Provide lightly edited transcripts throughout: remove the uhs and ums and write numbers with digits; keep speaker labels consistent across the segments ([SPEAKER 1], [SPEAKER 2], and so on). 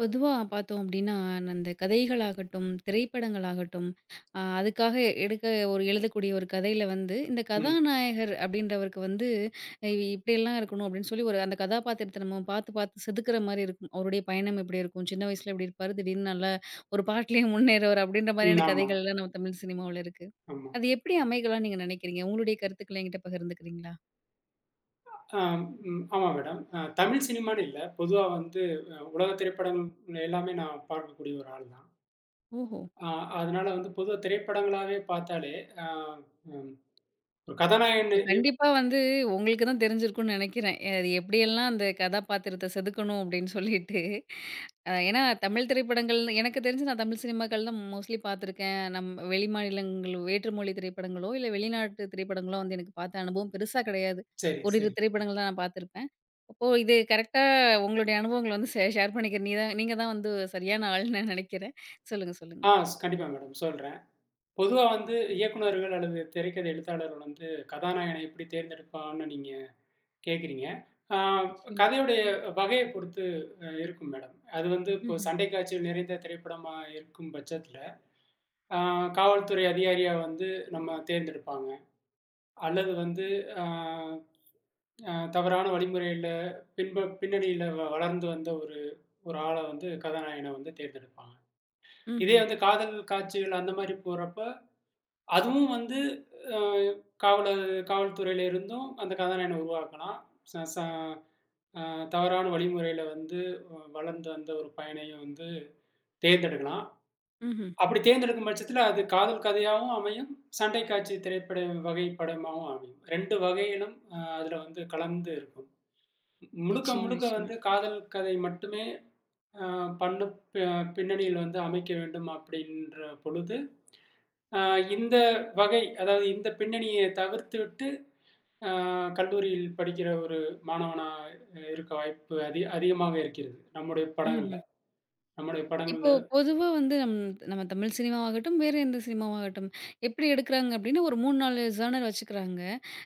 [SPEAKER 1] பொதுவா பார்த்தோம் அப்டின்னா, அந்த கதைகளாகட்டும், திரைப்படங்களாகட்டும், அதுக்காக எடுக்க ஒரு எழுதக்கூடிய ஒரு கதையில வந்து, இந்த
[SPEAKER 2] ம்.
[SPEAKER 1] கதாநாயகர் அப்டின்றவருக்கு வந்து இப்டியெல்லாம் இருக்கணும் அப்டின்னு சொல்லி ஒரு அந்த கதாபாத்திரத்த நம்ம பார்த்து, பார்த்து செதுக்குற மாரி இருக்கும். அவருடைய பயணம் எப்டி இருக்கும்? சின்ன வயசுல எப்டி இருப்பாரு? திடீர்னு நல்லா ஒரு பாட்டுலயே முன்னேறுவாரு அப்டின்ற
[SPEAKER 2] ம்.
[SPEAKER 1] மாரியான
[SPEAKER 2] ஆமா,
[SPEAKER 1] கதைகள்லாம் நம்ம தமிழ் சினிமாவுல இருக்கு.
[SPEAKER 2] ஆமா.
[SPEAKER 1] அது எப்டி அமைகலாம்னு நீங்க நெனைக்கிறீங்க? உங்களுடைய கருத்துக்கள என்கிட்ட பகிர்ந்துக்கிறீங்களா?
[SPEAKER 2] அ ம். ஆமா மேடம். தமிழ் சினிமான்னு இல்ல. பொதுவா வந்து உலக திரைப்படம் எல்லாமே நான் பார்க்கக்கூடிய ஒரு ஆள் தான்.
[SPEAKER 1] ஓஹோ!
[SPEAKER 2] அ அதனால வந்து பொதுவா திரைப்படங்களாவே பார்த்தாலே, அ ம் ஒரு கதாநாயகன்
[SPEAKER 1] இப்ப
[SPEAKER 2] எ
[SPEAKER 1] கண்டிப்பா வந்து உங்களுக்கு தான் தெரிஞ்சிருக்கும்னு நெனைக்கிறேன். அது எப்படியெல்லாம் அந்த கதாபாத்திரத்த செதுக்கணும் அப்படின்னு சொல்லிட்டு. ஏன்னா தமிழ் திரைப்படங்கள் எனக்கு தெரிஞ்சு நான் தமிழ் சினிமாக்கள் தான் மோஸ்ட்லி பார்த்துருக்கேன். நம் வெளிமாநிலங்கள் வேற்றுமொழி திரைப்படங்களோ, இல்ல வெளிநாட்டு திரைப்படங்களோ வந்து எனக்கு பார்த்த அனுபவம் பெருசா கிடையாது.
[SPEAKER 2] சரி,
[SPEAKER 1] ஓரிரு
[SPEAKER 2] சரி.
[SPEAKER 1] திரைப்படங்கள் தான் நான் பார்த்துருப்பேன். அப்போ இது கரெக்ட்டா உங்களுடைய அனுபவங்கள வந்து ஷேர் பண்ணிக்க நீ தான் நீங்க தான் வந்து சரியான ஆள்ன்னு நான் நெனைக்கிறேன். சொல்லுங்க, சொல்லுங்க.
[SPEAKER 2] ஆ கண்டிப்பா மேடம் சொல்றேன். பொதுவா வந்து இயக்குனர்கள் அல்லது திரைக்கதை எழுத்தாளர் வந்து கதாநாயகனை எப்படி தேர்ந்தெடுப்பான்னு நீங்க கேட்குறீங்க. அ
[SPEAKER 1] நிச்சயமா.
[SPEAKER 2] கதையுடைய வகையைப் பொறுத்து இருக்கும் மேடம். அது வந்து இப்போ
[SPEAKER 1] ம்ஹ்ம்.
[SPEAKER 2] சண்டை காட்சிகள் நிறைந்த திரைப்படமா இருக்கும் பட்சத்தில ஆ காவல்துறை அதிகாரியா வந்து நம்ம தேர்ந்தெடுப்பாங்க. அல்லது வந்து ஆ தவறான வழிமுறையில பின்னணியில வளர்ந்து வந்த ஒரு ஒரு ஆள வந்து கதாநாயகன வந்து தேர்ந்தெடுப்பாங்க.
[SPEAKER 1] ம்ஹ்ம்.
[SPEAKER 2] இதே வந்து காதல் காட்சிகள் அந்த மாரி போறப்ப, அதுவும் வந்து அ காவலர் காவல்துறையில இருந்தும் அந்த கதாநாயகன உருவாக்கலாம். ச ச அ தவறான வழிமுறையில வந்து வளர்ந்து வந்த ஒரு பையனையும் வந்து தேர்ந்தெடுக்கலாம்.
[SPEAKER 1] ம்ஹ்ம்.
[SPEAKER 2] அப்படி தேர்ந்தெடுக்கும் பட்சத்தில அது காதல் கதையாவும் அமையும், சண்டை காட்சி திரைப்பட வகை படமாவும் அமையும். 2 வகையிலும் அதுல வந்து கலந்து இருக்கும். முழுக்க
[SPEAKER 1] நிச்சயமா,
[SPEAKER 2] முழுக்க
[SPEAKER 1] நிச்சயமா.
[SPEAKER 2] வந்து காதல் கதை மட்டுமே அ பண்ணு ப பின்னணியில் வந்து அமைக்க வேண்டும் அப்படின்ற பொழுது, அ இந்த வகை அதாவது இந்த பின்னணிய தவிர்த்துவிட்டு அ கல்லூரியில் படிக்கிற ஒரு மாணவனா இருக்க வாய்ப்பு அதிகமாக இருக்கிறது. நம்முடைய படங்கள்ல
[SPEAKER 1] ம்ஹ்ம்.
[SPEAKER 2] நம்முடைய
[SPEAKER 1] இப்போ
[SPEAKER 2] படங்கள்ல
[SPEAKER 1] பொதுவா வந்து நம்ம தமிழ் சினிமாவாகட்டும், வேறு எந்த சினிமாவாகட்டும், எப்படி எடுக்குறாங்க அப்டின்னா, ஒரு 3, 4 ஜானர் வச்சுக்கிறாங்க.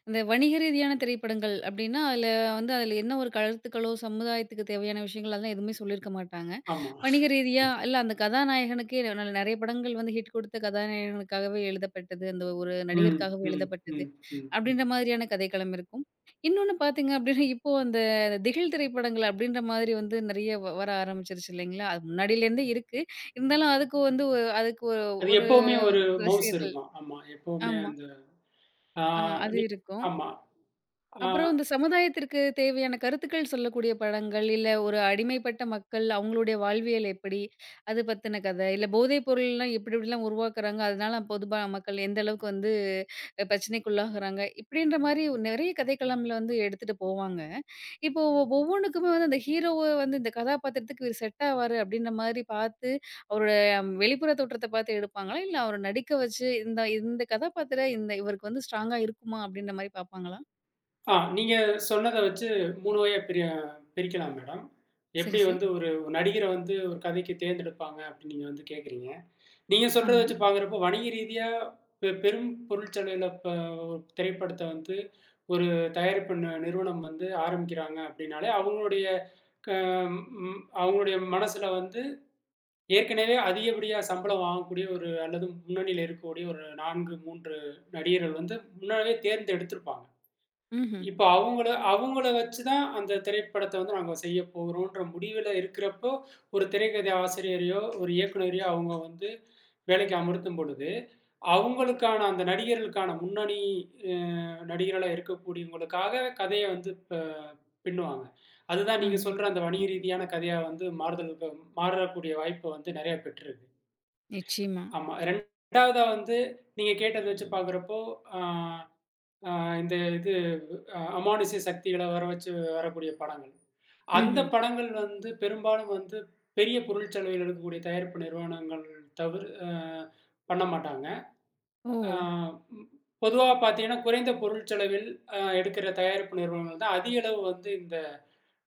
[SPEAKER 1] இந்த வணிக ரீதியான திரைப்படங்கள் அப்டின்னா, அதில வந்து அதில என்ன ஒரு கருத்துக்களோ, சமுதாயத்துக்கு தேவையான விஷயங்கள் அதெல்லாம் எதுவுமே சொல்லியிருக்க மாட்டாங்க.
[SPEAKER 2] ஆமா.
[SPEAKER 1] வணிக ரீதியா இல்ல அந்த கதாநாயகனுக்கே நெறைய படங்கள் வந்து ஹிட் கொடுத்த கதாநாயகனுக்காகவே எழுதப்பட்டது. அந்த ஒரு
[SPEAKER 2] ம்,
[SPEAKER 1] நடிகருக்காகவே
[SPEAKER 2] ம்,
[SPEAKER 1] எழுதப்பட்டது.
[SPEAKER 2] ம், ம், ம்.
[SPEAKER 1] அப்படின்ற மாதிரியான கதைக்களம் இருக்கும். இன்னொன்னு பார்த்தீங்க அப்படின்னா, இப்போ அந்த திகில் திரைப்படங்கள் அப்படின்ற மாதிரி வந்து நெறைய வர ஆரம்பிச்சுருச்சு இல்லைங்களா? அது முன்னாடியிலேருந்தே இருக்கு. இருந்தாலும் அதுக்கு வந்து ஒ அதுக்கு ஒ
[SPEAKER 2] அது
[SPEAKER 1] ஒரு
[SPEAKER 2] எப்பவுமே ஒரு மவுஸ்
[SPEAKER 1] ரசிகர்கள்
[SPEAKER 2] இருக்கும். ஆமா. எப்பவுமே
[SPEAKER 1] ஆமா.
[SPEAKER 2] அந்த ஆ
[SPEAKER 1] அது
[SPEAKER 2] நீ
[SPEAKER 1] இருக்கும்.
[SPEAKER 2] ஆமா. ஆ
[SPEAKER 1] அப்புறம் இந்த சமுதாயத்திற்கு தேவையான கருத்துக்கள் சொல்லக்கூடிய படங்கள், இல்ல ஒரு அடிமைப்பட்ட மக்கள் அவங்களுடைய வாழ்வியல் எப்படி? அது பத்தின கதை, இல்ல போதைப் பொருள்லாம் எப்படி எப்படிலாம் உருவாக்குறாங்க? அதனால பொதுபா மக்கள் எந்த அளவுக்கு வந்து பிரச்சனைக்குள்ளாகுறாங்க? இப்படின்ற மாரி நெறைய கதைக்களம்ல வந்து எடுத்துட்டு போவாங்க. இப்போ ஒவ்வொன்னுக்குமே வந்து அந்த ஹீரோவ வந்து இந்த கதாபாத்திரத்துக்கு இவரு செட் ஆவாரு அப்டின்ற மாரி பார்த்து, அவரோட வெளிப்புற தோற்றத்த பார்த்து எடுப்பாங்களா? இல்ல அவர நடிக்க வச்சு இந்த இந்த கதாபாத்திரம் இவருக்கு வந்து ஸ்ட்ராங்கா இருக்குமா? அப்டின்ற மாரி பார்ப்பாங்களா?
[SPEAKER 2] ஆ நீங்க சொன்னத வச்சு 3 வகையா பிரிக்கலாம் மேடம்.
[SPEAKER 1] சரி
[SPEAKER 2] எப்படி
[SPEAKER 1] சார்.
[SPEAKER 2] வந்து ஒரு நடிகர வந்து ஒரு கதைக்கு தேர்ந்தெடுப்பாங்க அப்படின்னு நீங்க வந்து கேட்குறீங்க. நீங்க சொல்றத
[SPEAKER 1] ஆமா.
[SPEAKER 2] வச்சு பார்க்குறப்போ வணிக ரீதியா பெரும் பொருட்செலவில ஒரு திரைப்படத்த வந்து ஒரு தயாரிப்பு நிறுவனம் வந்து ஆரம்பிக்கிறாங்க அப்படின்னாலே, அவங்களுடைய க அவங்களுடைய மனசுல வந்து ஏற்கனவே அதிகப்படியா சம்பளம் வாங்கக்கூடிய ஒரு அல்லது முன்னணியில இருக்கக்கூடிய ஒரு 4, 3 நடிகர்கள் வந்து முன்னாடியே தேர்ந்தெடுத்திருப்பாங்க.
[SPEAKER 1] ம்ஹ்ம்.
[SPEAKER 2] இப்ப அவங்கள அவங்கள வச்சு தான் அந்த திரைப்படத்த வந்து நாங்க செய்ய போறோம்ன்ற முடிவுல இருக்கிறப்போ, ஒரு திரைக்கதை ஆசிரியரையோ, ஒரு இயக்குனரையோ அவங்க வந்து வேலைக்கு அமர்த்தும் பொழுது, அவங்களுக்கான அந்த நடிகர்களுக்கான முன்னணி அ நடிகர்களா இருக்கக்கூடியவங்களுக்காக கதைய வந்து பின்னுவாங்க. அதுதான் நீங்க
[SPEAKER 1] ம்ஹ்ம்.
[SPEAKER 2] சொல்ற அந்த வணிக ரீதியான கதையா வந்து மாறுதலுக்கு மாறக்கூடிய வாய்ப்பு வந்து நெறைய பெற்றிருக்கு.
[SPEAKER 1] நிச்சயமா.
[SPEAKER 2] ஆமா. 2வதா வந்து நீங்க கேட்டத வச்சு பார்க்குறப்போ, ஆ ஆ இந்த அமானுஷ்ய சக்திகள வர வச்சு வரக்கூடிய படங்கள். அந்த
[SPEAKER 1] ம்ஹ்ம்.
[SPEAKER 2] படங்கள் வந்து பெரும்பாலும் வந்து பெரிய பொருள் செலவில் எடுக்கக்கூடிய தயாரிப்பு நிறுவனங்கள் தவிர அ பண்ண மாட்டாங்க.
[SPEAKER 1] ஓ!
[SPEAKER 2] அ ம் பொதுவா பார்த்தீங்கன்னா, குறைந்த பொருள் செலவில் எடுக்கிற தயாரிப்பு நிறுவனங்கள் தான் அதிக அளவு வந்து இந்த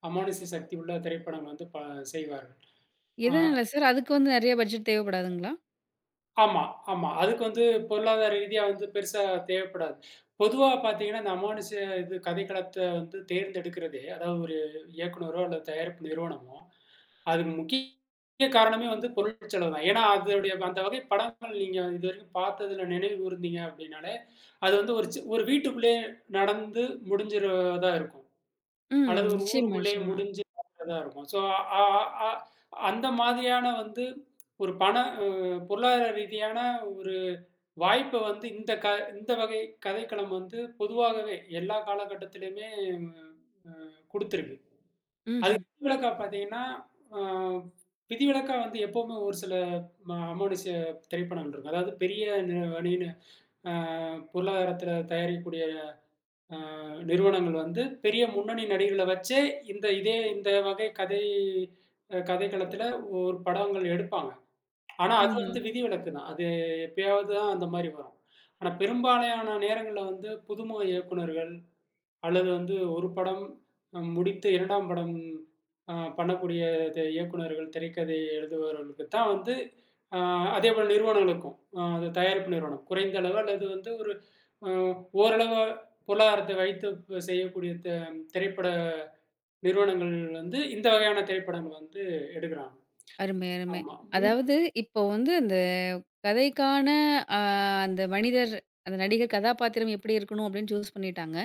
[SPEAKER 2] அமானுஷ்ய சக்தி உள்ள திரைப்படங்கள் வந்து செய்வார்கள். அ
[SPEAKER 1] எதனால சார்? அதுக்கு வந்து நெறைய பட்ஜெட் தேவைப்படாதுங்களா?
[SPEAKER 2] ஆமா, ஆமா. அதுக்கு வந்து பொருளாதார ரீதியா வந்து பெருசா தேவைப்படாது. பொதுவா பார்த்தீங்கன்னா, இந்த அமானுஷ இது கதைக்களத்த வந்து தேர்ந்தெடுக்கிறதே, அதாவது ஒரு இயக்குனரோ அல்லது தயாரிப்பு நிறுவனமோ, அதுக்கு முக்கிய காரணமே வந்து பொருள் செலவு தான். ஏன்னா, அதனுடைய அந்த வகை படங்கள் நீங்க இதுவரைக்கும் பார்த்ததுல நினைவு கூர்ந்தீங்க அப்படின்னாலே, அது வந்து ஒரு ஒரு வீட்டுக்குள்ளேயே நடந்து முடிஞ்சிறதா இருக்கும்.
[SPEAKER 1] ம்.
[SPEAKER 2] அல்லது ஒரு
[SPEAKER 1] நிச்சயமா,
[SPEAKER 2] ஊருக்குள்ளேயே
[SPEAKER 1] நிச்சயமா.
[SPEAKER 2] முடிஞ்சு தான் இருக்கும். அ அ அந்த மாதிரியான வந்து ஒரு அ பொருளாதார ரீதியான ஒரு வாய்ப்ப வந்து இந்த வகை கதைக்களம் வந்து பொதுவாகவே எல்லா காலகட்டத்திலயுமே அ குடுத்திருக்கு. அது
[SPEAKER 1] ம்ஹ்ம்.
[SPEAKER 2] விதிவிலக்கா பார்த்தீங்கன்னா, அ விதிவிலக்கா வந்து எப்பவுமே ஒரு சில அமானுஷ்ய திரைப்படங்கள் இருக்கும். அதாவது பெரிய வணிக அ பொருளாதாரத்தில தயாரிக்கக்கூடிய அ நிறுவனங்கள் வந்து பெரிய முன்னணி நடிகர்கள வச்சே இந்த வகை கதை கதைக்களத்தில ஒரு படங்கள் எடுப்பாங்க. ஆனா அது
[SPEAKER 1] ம்ஹ்ம்.
[SPEAKER 2] வந்து விதிவிலக்கு தான். அது எப்பயாவது தான் அந்த மாரி வரும். ஆனா பெரும்பாலான நேரங்கள்ல வந்து புதுமுக இயக்குனர்கள் அல்லது வந்து ஒரு படம் முடித்து 2ஆம் படம் பண்ணக்கூடிய இயக்குனர்கள், திரைக்கதை எழுதுபவர்களுக்கு தான் வந்து அ அதேபோல நிறுவனங்களுக்கும், அது தயாரிப்பு நிறுவனம். குறைந்த அளவு அல்லது வந்து ஒரு அ ஓரளவு பொருளாதாரத்தை வைத்து செய்யக்கூடிய திரைப்பட நிறுவனங்கள் வந்து இந்த வகையான திரைப்படங்கள் வந்து எடுக்குறாங்க.
[SPEAKER 1] அருமை, அருமை.
[SPEAKER 2] ஆமா. ம்,
[SPEAKER 1] அதாவது இப்போ வந்து அந்த கதைக்கான அ அந்த மனிதர், அந்த நடிகர் கதாபாத்திரம் எப்படி இருக்கணும் அப்படின்னு சூஸ் பண்ணிட்டாங்க.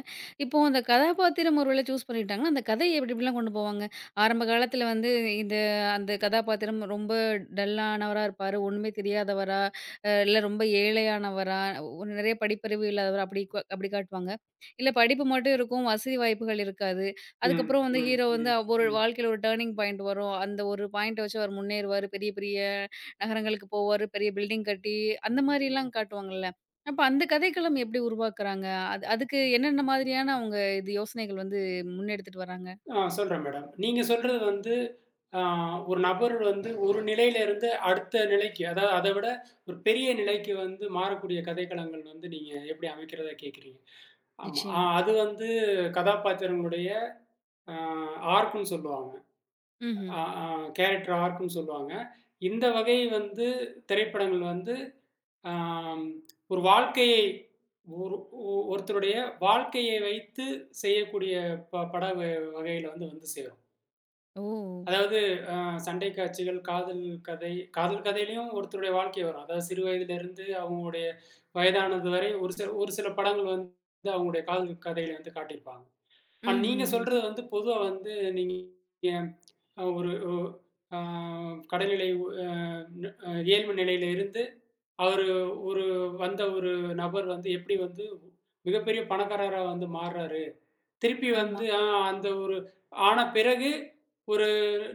[SPEAKER 1] இப்போ அந்த கதாபாத்திரம் ஒரு வேளை சூஸ் பண்ணிட்டாங்கன்னா, அந்த கதைய எப்படி எப்படிலாம் கொண்டு போவாங்க? ஆரம்ப காலத்தில வந்து இந்த அந்த கதாபாத்திரம் ரொம்ப டல்லானவரா இருப்பாரு. ஒண்ணுமே தெரியாதவரா, இல்ல ரொம்ப ஏழையானவரா, நிறைய படிப்பறிவு இல்லாதவரா அப்படி காட்டுவாங்க. இல்ல படிப்பு மட்டும் இருக்கும். வசதி வாய்ப்புகள் இருக்காது.
[SPEAKER 2] ம்,
[SPEAKER 1] அதுக்கப்புறம் வந்து
[SPEAKER 2] ம்,
[SPEAKER 1] ஹீரோ வந்து
[SPEAKER 2] ம்,
[SPEAKER 1] ஒரு
[SPEAKER 2] ம்.
[SPEAKER 1] வாழ்க்கையில ஒரு டர்னிங் பாயிண்ட் வரும். அந்த ஒரு பாயிண்ட்ட வச்சு அவர் முன்னேறுவாரு. பெரிய பெரிய நகரங்களுக்கு போவாரு. பெரிய பில்டிங் கட்டி அந்த மாரிலாம் காட்டுவாங்கல்ல. அப்ப அந்த கதைக்களம் எப்படி உருவாக்குறாங்க? அது அதுக்கு என்னென்ன மாதிரியான அவங்க இது யோசனைகள் வந்து முன்னெடுத்துட்டு வராங்க?
[SPEAKER 2] சொல்றேன் மேடம். நீங்க சொல்றது வந்து ஆ ஒரு நபர் வந்து ஒரு நிலையிலிருந்து அடுத்த நிலைக்கு, அதாவது அத விட ஒரு பெரிய நிலைக்கு வந்து மாறக்கூடிய கதைக்களங்கள் வந்து நீங்க எப்படி அமைக்கிறதா கேட்கிறீங்க. ஆமா.
[SPEAKER 1] நிச்சயமா.
[SPEAKER 2] அது வந்து கதாபாத்திரங்களுடைய ஆ ஆர்க்ன்னு சொல்லுவாங்க.
[SPEAKER 1] ம்ஹ்ம்.
[SPEAKER 2] ஆ ஆ கேரக்டர் ஆர்க்ன்னு சொல்லுவாங்க. இந்த வகை வந்து திரைப்படங்கள் வந்து ஆம் ஒரு வாழ்க்கையை ஒரு ஒருத்தருடைய வாழ்க்கையை வைத்து செய்யக்கூடிய பட வகையில வந்து வந்து சேரும்.
[SPEAKER 1] ஓ!
[SPEAKER 2] அதாவது அ சண்டை காட்சிகள், காதல் கதையிலயும் ஒருத்தருடைய வாழ்க்கை வரும். அதாவது சிறு வயதிலிருந்து அவங்களுடைய வயதானது வரை ஒரு சில படங்கள் வந்து அவங்களுடைய காதல் கதையில வந்து காட்டியிருப்பாங்க. ஆனா நீங்க
[SPEAKER 1] ம்ஹ்ஹ்ம்.
[SPEAKER 2] சொல்றது வந்து பொதுவா வந்து நீங்க ஒரு ஒ அ கடைநிலை அ அ ஏழ்மை நிலையில இருந்து அவரு ஒரு வந்த ஒரு நபர் வந்து எப்படி வந்து மிகப்பெரிய பணக்காரரா வந்து மாறுறாரு. திருப்பி
[SPEAKER 1] ஆமா.
[SPEAKER 2] வந்து அந்த ஒரு ஆன பிறகு ஒரு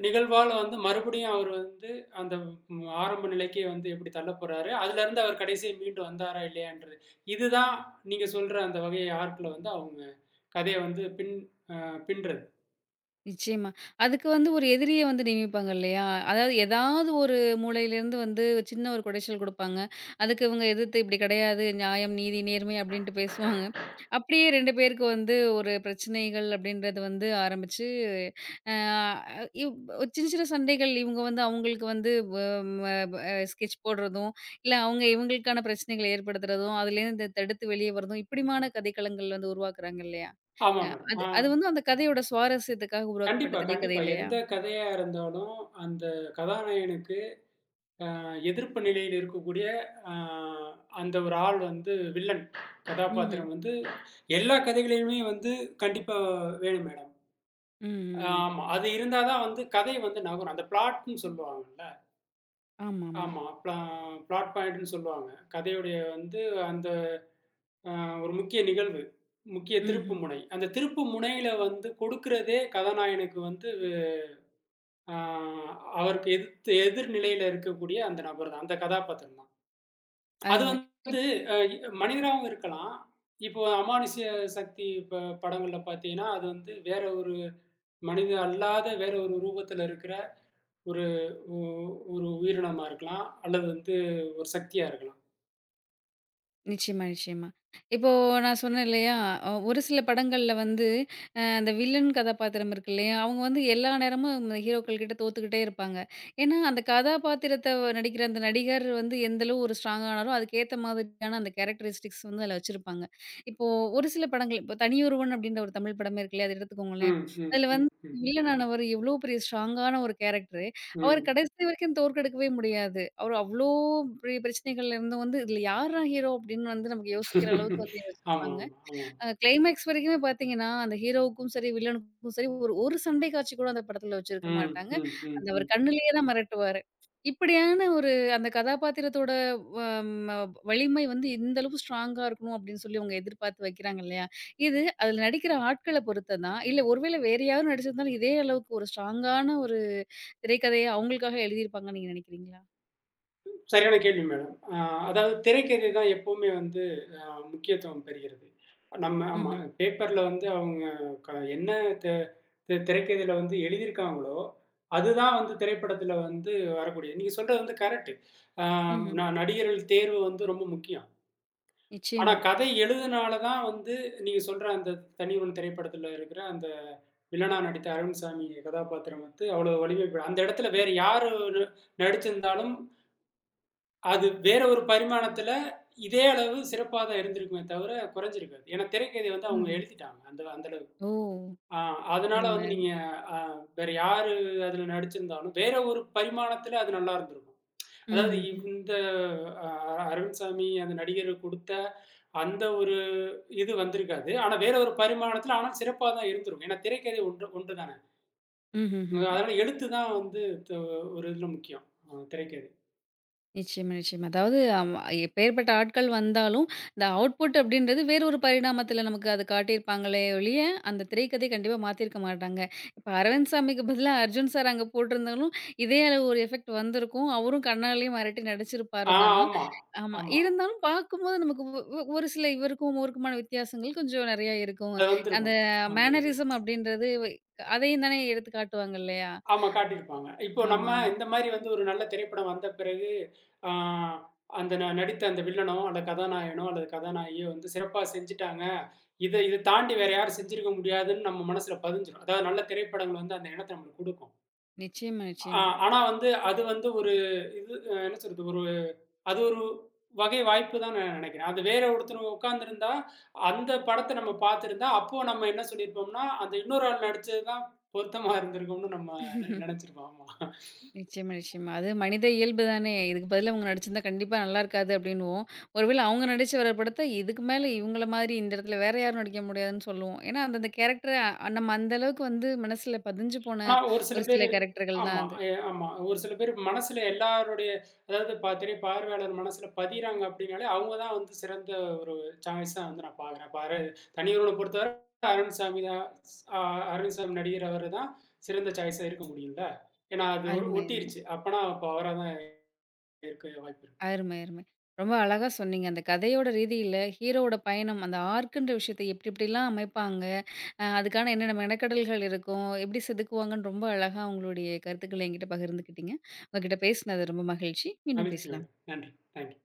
[SPEAKER 2] நிகழ்வால வந்து மறுபடியும் அவர் வந்து அந்த ஆரம்ப நிலைக்கு வந்து எப்படி தள்ளப்போறாரு, அதுலருந்து அவர் கடைசியா மீண்டு வந்தாரா இல்லையான்றது. இதுதான் நீங்க சொல்ற அந்த வகைய ஆர்க்ல வந்து அவங்க கதைய வந்து அ பின்றது.
[SPEAKER 1] நிச்சயமா. அதுக்கு வந்து ஒரு எதிரிய வந்து நியமிப்பாங்க இல்லையா? அதாவது ஏதாவது ஒரு மூலையிலேருந்து வந்து சின்ன ஒரு குடைச்சல் குடுப்பாங்க. அதுக்கு இவங்க எதிர்த்து இப்படி கிடையாது, நியாயம், நீதி, நேர்மை அப்படின்ட்டு பேசுவாங்க. அப்படியே 2 பேருக்கு வந்து ஒரு பிரச்சனைகள் அப்படின்றது வந்து ஆரம்பிச்சு, அ இவ் ஒரு சின்ன சின்ன சண்டைகள் இவங்க வந்து அவங்களுக்கு வந்து வ ம அ ஸ்கெட்ச் போடுறதும், இல்ல அவங்க இவங்களுக்கான பிரச்சனைகள ஏற்படுத்துறதும், அதுலேருந்து தடுத்து வெளியே வரதும் இப்படிமான கதைக்களங்கள் வந்து உருவாக்குறாங்க இல்லையா?
[SPEAKER 2] ஆமா மேடம்.
[SPEAKER 1] அது அது வந்து அந்த கதையோட சுவாரஸ்யத்துக்காக உருவாக்கப்பட்ட
[SPEAKER 2] கண்டிப்பா,
[SPEAKER 1] திரைக்கதை
[SPEAKER 2] கண்டிப்பா.
[SPEAKER 1] இல்லையா?
[SPEAKER 2] எந்த கதையா இருந்தாலும் அந்த கதாநாயகனுக்கு எதிர்ப்பு நிலையில் இருக்கக்கூடிய அ அந்த ஒரு ஆள் வந்து வில்லன்
[SPEAKER 1] ம்ஹ்ம்.
[SPEAKER 2] கதாபாத்திரம் வந்து எல்லா கதைகளிலுமே வந்து கண்டிப்பா வேணும் மேடம்.
[SPEAKER 1] ம்.
[SPEAKER 2] ஆமா. அது இருந்தா தான் வந்து கதை வந்து நகரும். அந்த பிளாட்ன்னு சொல்லுவாங்கல்ல.
[SPEAKER 1] ஆமாமா.
[SPEAKER 2] ஆமா. பிளாட் பாயிண்ட்ன்னு சொல்லுவாங்க. கதையுடைய வந்து அந்த அ ஒரு முக்கிய நிகழ்வு, முக்கிய
[SPEAKER 1] ம்ஹ்ம்.
[SPEAKER 2] திருப்புமுனை. அந்த திருப்புமுனையில வந்து கொடுக்கிறதே கதாநாயகனுக்கு வந்து அ அவருக்கு எதிர்த்து எதிர் நிலையில இருக்கக்கூடிய அந்த நபர் தான். அந்த கதாபாத்திரம் தான். அது
[SPEAKER 1] அருமை.
[SPEAKER 2] வந்து அ மனிதனாவும் இருக்கலாம். இப்போ அமானுஷ்ய சக்தி ப படங்கள்ல பார்த்தீங்கன்னா, அது வந்து வேற ஒரு மனித அல்லாத வேற ஒரு ரூபத்துல இருக்கிற ஒரு ஒ ஒரு உயிரினமா இருக்கலாம். அல்லது வந்து ஒரு சக்தியா இருக்கலாம்.
[SPEAKER 1] நிச்சயமா, நிச்சயமா. இப்போ நான் சொன்னேன் இல்லையா, ஒரு சில படங்கள்ல வந்து அந்த வில்லன் கதாபாத்திரம் இருக்கு இல்லையா, அவங்க வந்து எல்லா நேரமும் இந்த ஹீரோக்கள் கிட்ட தோத்துக்கிட்டே இருப்பாங்க. ஏன்னா, அந்த கதாபாத்திரத்த நடிக்கிற அந்த நடிகர் வந்து எந்த அளவு ஒரு ஸ்ட்ராங்கா ஆனாரோ, அதுக்கேத்த மாதிரியான அந்த கேரக்டரிஸ்டிக்ஸ் வந்து அதில வச்சிருப்பாங்க. இப்போ ஒரு சில படங்கள் இப்போ "தனியொருவன்" அப்படின்ற ஒரு தமிழ் படமே இருக்கு இல்லையா, அத எடுத்துக்கோங்களேன்.
[SPEAKER 2] ம், ம்,
[SPEAKER 1] அதில
[SPEAKER 2] ம்,
[SPEAKER 1] வந்து
[SPEAKER 2] ம்,
[SPEAKER 1] வில்லன் ஆனவர் எவ்வளோ பெரிய ஸ்ட்ராங்கான ஒரு கேரக்டர். அவர
[SPEAKER 2] ம்.
[SPEAKER 1] கடைசி வரைக்கும் தோற்கடிக்கவே முடியாது. அவரு அவ்ளோ பெரிய பிரச்சனைகள்ல இருந்தும் வந்து, "இதுல யார்ரா ஹீரோ?" அப்படின்னு வந்து நமக்கு யோசிக்கிற அளவுக்கு வந்து
[SPEAKER 2] ஆமா,
[SPEAKER 1] யோசிச்சிருப்பாங்க.
[SPEAKER 2] ஆமா, ஆமா.
[SPEAKER 1] கிளைமேக்ஸ் வரைக்குமே பார்த்தீங்கன்னா, அந்த ஹீரோவுக்கும் சரி, வில்லனுக்கும் சரி, ஒரு ஒரு சண்டை காட்சி கூட அந்த படத்துல வச்சிருக்க
[SPEAKER 2] ம்,
[SPEAKER 1] மாட்டாங்க.
[SPEAKER 2] ம், ம்,
[SPEAKER 1] அந்த அவர்
[SPEAKER 2] ம்.
[SPEAKER 1] கண்ணுலயே தான் மிரட்டுவாரு. இப்படியான ஒரு அந்த கதாபாத்திரத்தோட வ ம வலிமை வந்து இந்த அளவு ஸ்ட்ராங்கா இருக்கணும் அப்படின்னு சொல்லி அவங்க எதிர்பார்த்து வைக்கிறாங்க இல்லையா? இது அதுல நடிக்கிற ஆட்கள பொறுத்து தான். இல்ல ஒருவேளை வேற யாரும் நடிச்சிருந்தாலும் இதே அளவுக்கு ஒரு ஸ்ட்ராங்கான ஒரு திரைக்கதைய அவங்களுக்காக எழுதியிருப்பாங்கன்னு நீங்க நினைக்கிறீங்களா?
[SPEAKER 2] சரியான கேள்வி மேடம். அதாவது திரைக்கதை தான் எப்பவுமே வந்து அ முக்கியத்துவம் பெறுகிறது. நம்ம ஆமா.
[SPEAKER 1] ம்ஹ்ம்.
[SPEAKER 2] பேப்பர்ல வந்து அவங்க என்ன தி தி திரைக்கதையில வந்து எழுதியிருக்காங்களோ, அதுதான் வந்து திரைப்படத்தில வந்து வரக்கூடியது. நீங்க சொல்றது வந்து கரெக்ட். அ
[SPEAKER 1] ம்ஹ்ம்.
[SPEAKER 2] நடிகர்கள் தேர்வு வந்து ரொம்ப முக்கியம். ஆனா
[SPEAKER 1] நிச்சயமா.
[SPEAKER 2] கதை எழுதுனால தான் வந்து நீங்க சொல்ற அந்த "தனியுடன்" திரைப்படத்தில இருக்கிற அந்த வில்லனா நடித்த அரவிந்த் சாமி கதாபாத்திரம் வந்து அவ்வளோ வலிமை பெ அந்த இடத்துல வேற யாரு நடிச்சிருந்தாலும் அது வேற ஒரு பரிமாணத்துல இதே அளவு சிறப்பா தான் இருந்திருக்குமே தவிர குறைஞ்சிருக்காது. ஏன்னா திரைக்கதை வந்து அவங்க
[SPEAKER 1] ம்ஹ்ம்.
[SPEAKER 2] எழுதிட்டாங்க. அந்த அந்த அளவு.
[SPEAKER 1] ஓ!
[SPEAKER 2] ஆ அதனால
[SPEAKER 1] அரும,
[SPEAKER 2] வந்து
[SPEAKER 1] அரும.
[SPEAKER 2] நீங்க அ வேற யாரு அதுல நடிச்சிருந்தாலும், வேற ஒரு பரிமாணத்துல அது நல்லா இருந்திருக்கும். அதாவது
[SPEAKER 1] ம்ஹ்ஹ்ம்.
[SPEAKER 2] இந்த அ அரவிந்த்சாமி அந்த நடிகர் குடுத்த அந்த ஒரு இது வந்திருக்காது. ஆனா வேற ஒரு பரிமாணத்துல ஆனா சிறப்பா தான் இருந்திருக்கும். ஏன்னா திரைக்கதை ஒன்று ஒன்று தானே.
[SPEAKER 1] ம்ஹ்ஹ்ம்.
[SPEAKER 2] அதனால எழுத்து தான் வந்து த ஒரு இதுல முக்கியம். திரைக்கதை.
[SPEAKER 1] நிச்சயமா, நிச்சயமா. அதாவது எப்பேர்ப்பட்ட ஆட்கள் வந்தாலும், இந்த அவுட்புட் அப்படின்றது வேறு ஒரு பரிணாமத்தில நமக்கு அது காட்டியிருப்பாங்களே ஒழிய, அந்த திரைக்கதை கண்டிப்பா மாத்தியிருக்க மாட்டாங்க. இப்ப அரவிந்த் சாமிக்கு பதிலா அர்ஜுன் சார் அங்க போட்டிருந்தாலும், இதே அளவு ஒரு எஃபெக்ட் வந்திருக்கும். அவரும் கண்ணாலயே மிரட்டி நடிச்சிருப்பாரு
[SPEAKER 2] ஆ
[SPEAKER 1] தான்.
[SPEAKER 2] ஆமா,
[SPEAKER 1] ஆமா.
[SPEAKER 2] ஆமா.
[SPEAKER 1] இருந்தாலும் பார்க்கும்போது நமக்கு ஒ ஒ ஒரு சில இவருக்கும் அவருக்குமான வித்தியாசங்கள் கொஞ்சம் நெறையா இருக்கும்.
[SPEAKER 2] அது
[SPEAKER 1] அந்த
[SPEAKER 2] வந்திருக்கும், வந்திருக்கும்.
[SPEAKER 1] மேனரிசம் அப்படின்றது, அதையும் தானே எடுத்து காட்டுவாங்க இல்லையா?
[SPEAKER 2] ஆமா காட்டியிருப்பாங்க. இப்போ நம்ம
[SPEAKER 1] ஆமா, ஆமா.
[SPEAKER 2] இந்த மாரி வந்து ஒரு நல்ல திரைப்படம் வந்த பிறகு, ஆ அந்த நடித்த அந்த வில்லனோ, அல்லது கதாநாயகனோ, அல்லது கதாநாயகியோ வந்து சிறப்பா செஞ்சுட்டாங்க. இத இத தாண்டி வேற யாரும் செஞ்சிருக்க முடியாதுன்னு நம்ம மனசுல பதிஞ்சிரும். அதாவது நல்ல திரைப்படங்கள் வந்து அந்த எண்ணத்த நம்மளுக்கு குடுக்கும்.
[SPEAKER 1] நிச்சயமா,
[SPEAKER 2] ஆ
[SPEAKER 1] நிச்சயமா.
[SPEAKER 2] ஆனா வந்து அது வந்து ஒரு இது என்ன சொல்றது? ஒரு அது ஒரு வகை வாய்ப்பு தான் நான் நெனைக்கிறேன். அது வேற ஒருத்தர் உட்கார்ந்திருந்தா, அந்த படத்த நம்ம பார்த்திருந்தா, அப்போ நம்ம என்ன சொல்லியிருப்போம்னா, அந்த இன்னொரு ஆள் நடிச்சது தான் பொருத்தமா இருந்திருக்கும்னு நம்ம நெனச்சிருப்போம். ஆமா.
[SPEAKER 1] நிச்சயமா, நிச்சயமா. அது மனித இயல்பு தானே. இதுக்கு பதிலா இவங்க நடிச்சிருந்தா கண்டிப்பா நல்லா இருக்காது அப்படின்னுவோம். ஒருவேள அவங்க நடிச்ச வர படத்த இதுக்கு மேல இவங்கள மாதிரி இந்த இடத்துல வேற யாரும் நடிக்க முடியாதுன்னு சொல்லுவோம். ஏன்னா அந்தந்த கேரக்டர நம்ம அந்த அளவுக்கு வந்து மனசுல பதிஞ்சு போன
[SPEAKER 2] ஆனா, ஒரு சில
[SPEAKER 1] ஒரு சில
[SPEAKER 2] பேரு
[SPEAKER 1] கேரக்டர்கள் தான்
[SPEAKER 2] ஆமா,
[SPEAKER 1] அது.
[SPEAKER 2] ஆமா. ஒரு சில பேர் மனசுல எல்லாருடைய அதாவது திரைப்பார்வையாளர் மனசுல பதியிறாங்க அப்டின்னாலே, அவங்க தான் வந்து சிறந்த ஒரு சாய்ஸா வந்து நான் பார்க்குறேன். இப்ப தனியரோட பொறுத்தவர அருண்சாமி தான் அ அருண்சாமி நடிகர் அவரு தான் சிறந்த சாய்ஸா இருக்க முடியும்ல. ஏன்னா, அது
[SPEAKER 1] அருமை, அருமை.
[SPEAKER 2] ஒட்டிருச்சு. அப்பனா அப்ப அவரா தான் இருக்க வாய்ப்பு இருக்கு.
[SPEAKER 1] அருமை, அருமை. ரொம்ப அழகா சொன்னீங்க. அந்த கதையோட ரீதியில ஹீரோவோட பயணம், அந்த ஆர்க்குன்ற விஷயத்த எப்டி எப்டிலாம் அமைப்பாங்க, அதுக்கான என்னென்ன மெனக்கெடல்கள் இருக்கும், எப்டி செதுக்குவாங்கன்னு ரொம்ப அழகா உங்களுடைய கருத்துக்கள என்கிட்ட பகிர்ந்துக்கிட்டீங்க. உங்ககிட்ட பேசினது ரொம்ப மகிழ்ச்சி. மீண்டும்
[SPEAKER 2] மகிழ்ச்சி
[SPEAKER 1] பேசலாம்.
[SPEAKER 2] மேடம். நன்றி. தேங்க்ஸ்.